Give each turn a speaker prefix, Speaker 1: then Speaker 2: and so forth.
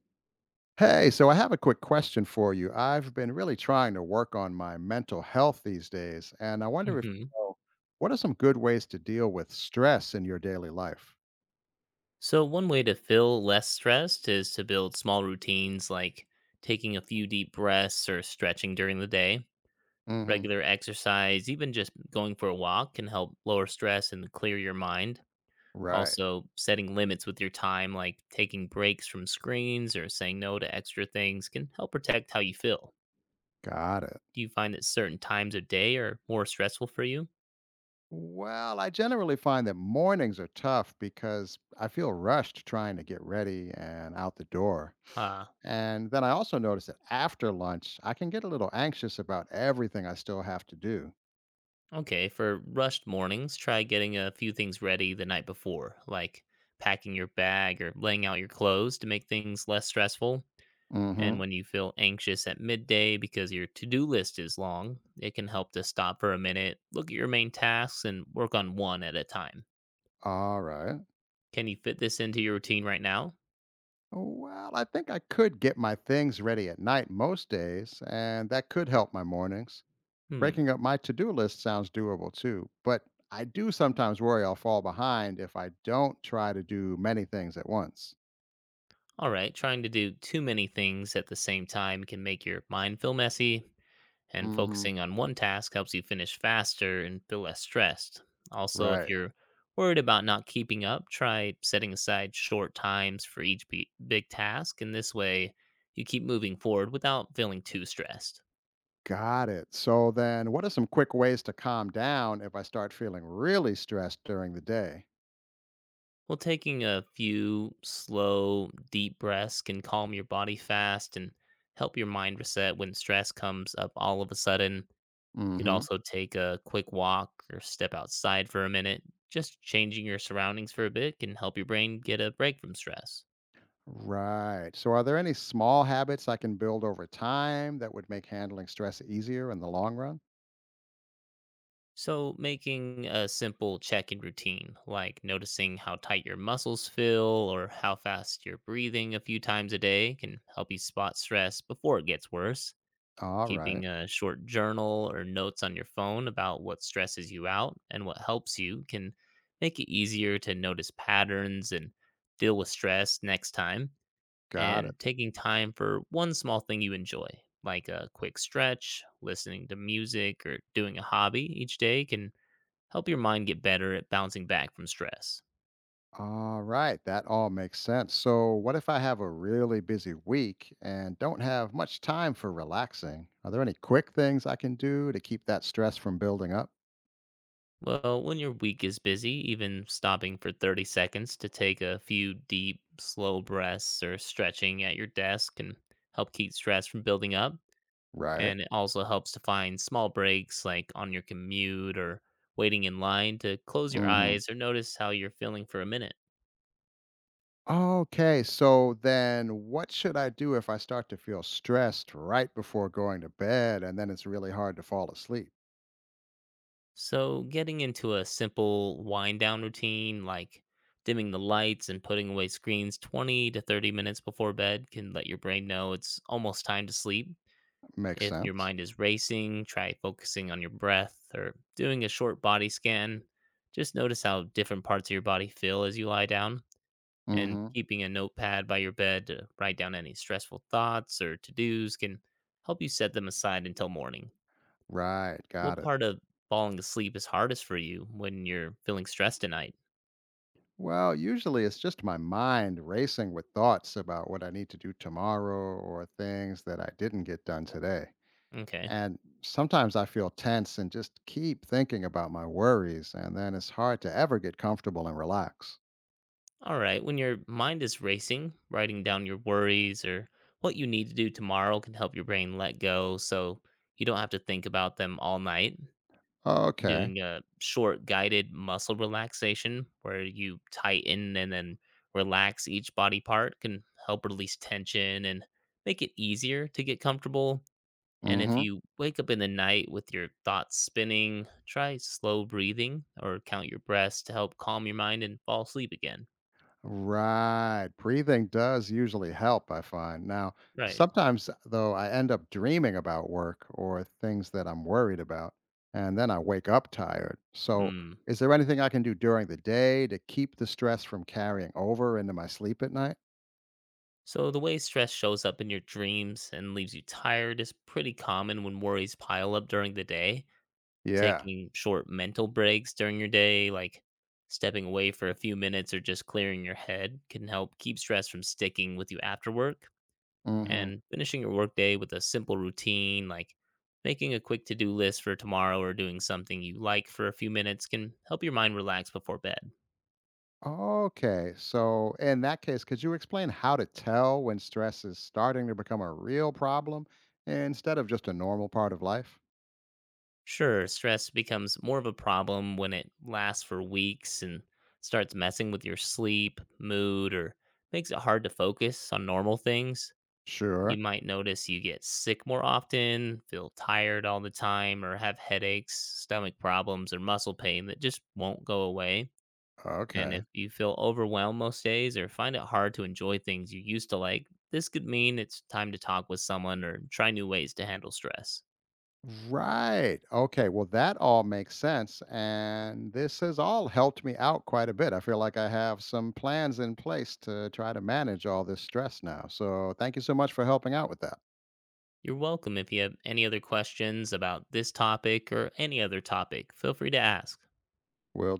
Speaker 1: Hey, so I have a quick question for you. I've been really trying to work on my mental health these days, and I wonder if you
Speaker 2: Hmm.
Speaker 1: know what are some good ways to deal with stress in your daily life?
Speaker 2: So, one way to feel less stressed is to build small routines like taking a few deep breaths or stretching during the day.
Speaker 1: Hmm.
Speaker 2: Regular exercise, even just going for a walk, can help lower stress and clear your mind.
Speaker 1: Right.
Speaker 2: Also, setting limits with your time, like taking breaks from screens or saying no to extra things, can help protect how you feel.
Speaker 1: Got it.
Speaker 2: Do you find that certain times of day are more stressful for you?
Speaker 1: Well, I generally find that mornings are tough because I feel rushed trying to get ready and out the door.
Speaker 2: Uh,
Speaker 1: And then I also notice that after lunch, I can get a little anxious about everything I still have to do.
Speaker 2: Okay, for rushed mornings, try getting a few things ready the night before, like packing your bag or laying out your clothes to make things less stressful. And
Speaker 1: Mm-hmm.
Speaker 2: when you feel anxious at midday because your to do list is long, it can help to stop for a minute, look at your main tasks, and work on one at a time.
Speaker 1: All right.
Speaker 2: Can you fit this into your routine right now?
Speaker 1: Well, I think I could get my things ready at night most days, and that could help my mornings.
Speaker 2: Hmm.
Speaker 1: Breaking up my to do list sounds doable too, but I do sometimes worry I'll fall behind if I don't try to do many things at once.
Speaker 2: All right, trying to do too many things at the same time can make your mind feel messy, and
Speaker 1: Hmm.
Speaker 2: focusing on one task helps you finish faster and feel less stressed. Also, if
Speaker 1: Right.
Speaker 2: you're worried about not keeping up, try setting aside short times for each big task, and this way you keep moving forward without feeling too stressed.
Speaker 1: Got it. So then, what are some quick ways to calm down if I start feeling really stressed during the day?
Speaker 2: Well, taking a few slow, deep breaths can calm your body fast and help your mind reset when stress comes up all of a sudden. You could
Speaker 1: Hmm.
Speaker 2: also take a quick walk or step outside for a minute. Just changing your surroundings for a bit can help your brain get a break from stress.
Speaker 1: Right. So, are there any small habits I can build over time that would make handling stress easier in the long run?
Speaker 2: So, making a simple check in routine, like noticing how tight your muscles feel or how fast you're breathing a few times a day, can help you spot stress before it gets worse.
Speaker 1: All
Speaker 2: Keeping
Speaker 1: right.
Speaker 2: a short journal or notes on your phone about what stresses you out and what helps you can make it easier to notice patterns and deal with stress next time.
Speaker 1: Got it.
Speaker 2: And taking time for one small thing you enjoy, like a quick stretch, listening to music, or doing a hobby each day can help your mind get better at bouncing back from stress.
Speaker 1: All right. That all makes sense. So, what if I have a really busy week and don't have much time for relaxing? Are there any quick things I can do to keep that stress from building up?
Speaker 2: Well, when your week is busy, even stopping for 30 seconds to take a few deep, slow breaths or stretching at your desk can help keep stress from building up.
Speaker 1: Right.
Speaker 2: And it also helps to find small breaks like on your commute or waiting in line to close your
Speaker 1: Hmm.
Speaker 2: eyes or notice how you're feeling for a minute.
Speaker 1: Okay. So, then what should I do if I start to feel stressed right before going to bed and then it's really hard to fall asleep?
Speaker 2: So, getting into a simple wind down routine like dimming the lights and putting away screens 20 to 30 minutes before bed can let your brain know it's almost time to sleep.
Speaker 1: Makes
Speaker 2: If your
Speaker 1: sense.
Speaker 2: mind is racing, try focusing on your breath or doing a short body scan. Just notice how different parts of your body feel as you lie down. And
Speaker 1: Hmm.
Speaker 2: keeping a notepad by your bed to write down any stressful thoughts or to dos can help you set them aside until morning.
Speaker 1: Right. Got
Speaker 2: What
Speaker 1: it.
Speaker 2: part of falling asleep is hardest for you when you're feeling stressed at night?
Speaker 1: Well, usually it's just my mind racing with thoughts about what I need to do tomorrow or things that I didn't get done today.
Speaker 2: Okay.
Speaker 1: And sometimes I feel tense and just keep thinking about my worries, and then it's hard to ever get comfortable and relax.
Speaker 2: All right. When your mind is racing, writing down your worries or what you need to do tomorrow can help your brain let go so you don't have to think about them all night.
Speaker 1: Okay.
Speaker 2: Doing a short guided muscle relaxation where you tighten and then relax each body part can help release tension and make it easier to get comfortable. And
Speaker 1: Mm
Speaker 2: if
Speaker 1: hmm.
Speaker 2: you wake up in the night with your thoughts spinning, try slow breathing or count your breaths to help calm your mind and fall asleep again.
Speaker 1: Right. Breathing does usually help, I find. Now,
Speaker 2: Right.
Speaker 1: sometimes, though, I end up dreaming about work or things that I'm worried about, and then I wake up tired. So,
Speaker 2: Hmm.
Speaker 1: is there anything I can do during the day to keep the stress from carrying over into my sleep at night?
Speaker 2: So, the way stress shows up in your dreams and leaves you tired is pretty common when worries pile up during the day.
Speaker 1: Yeah.
Speaker 2: Taking short mental breaks during your day, like stepping away for a few minutes or just clearing your head, can help keep stress from sticking with you after work.
Speaker 1: Hmm.
Speaker 2: And finishing your workday with a simple routine like making a quick to-do list for tomorrow or doing something you like for a few minutes can help your mind relax before bed.
Speaker 1: Okay. So, in that case, could you explain how to tell when stress is starting to become a real problem instead of just a normal part of life?
Speaker 2: Sure, stress becomes more of a problem when it lasts for weeks and starts messing with your sleep, mood, or makes it hard to focus on normal things. You
Speaker 1: Sure.
Speaker 2: might notice you get sick more often, feel tired all the time, or have headaches, stomach problems, or muscle pain that just won't go away. And
Speaker 1: Okay.
Speaker 2: if you feel overwhelmed most days or find it hard to enjoy things you used to like, this could mean it's time to talk with someone or try new ways to handle stress.
Speaker 1: Right. Okay. Well, that all makes sense. And this has all helped me out quite a bit. I feel like I have some plans in place to try to manage all this stress now. So, thank you so much for helping out with that.
Speaker 2: You're welcome. If you have any other questions about this topic or any other topic, feel free to ask.
Speaker 1: We'll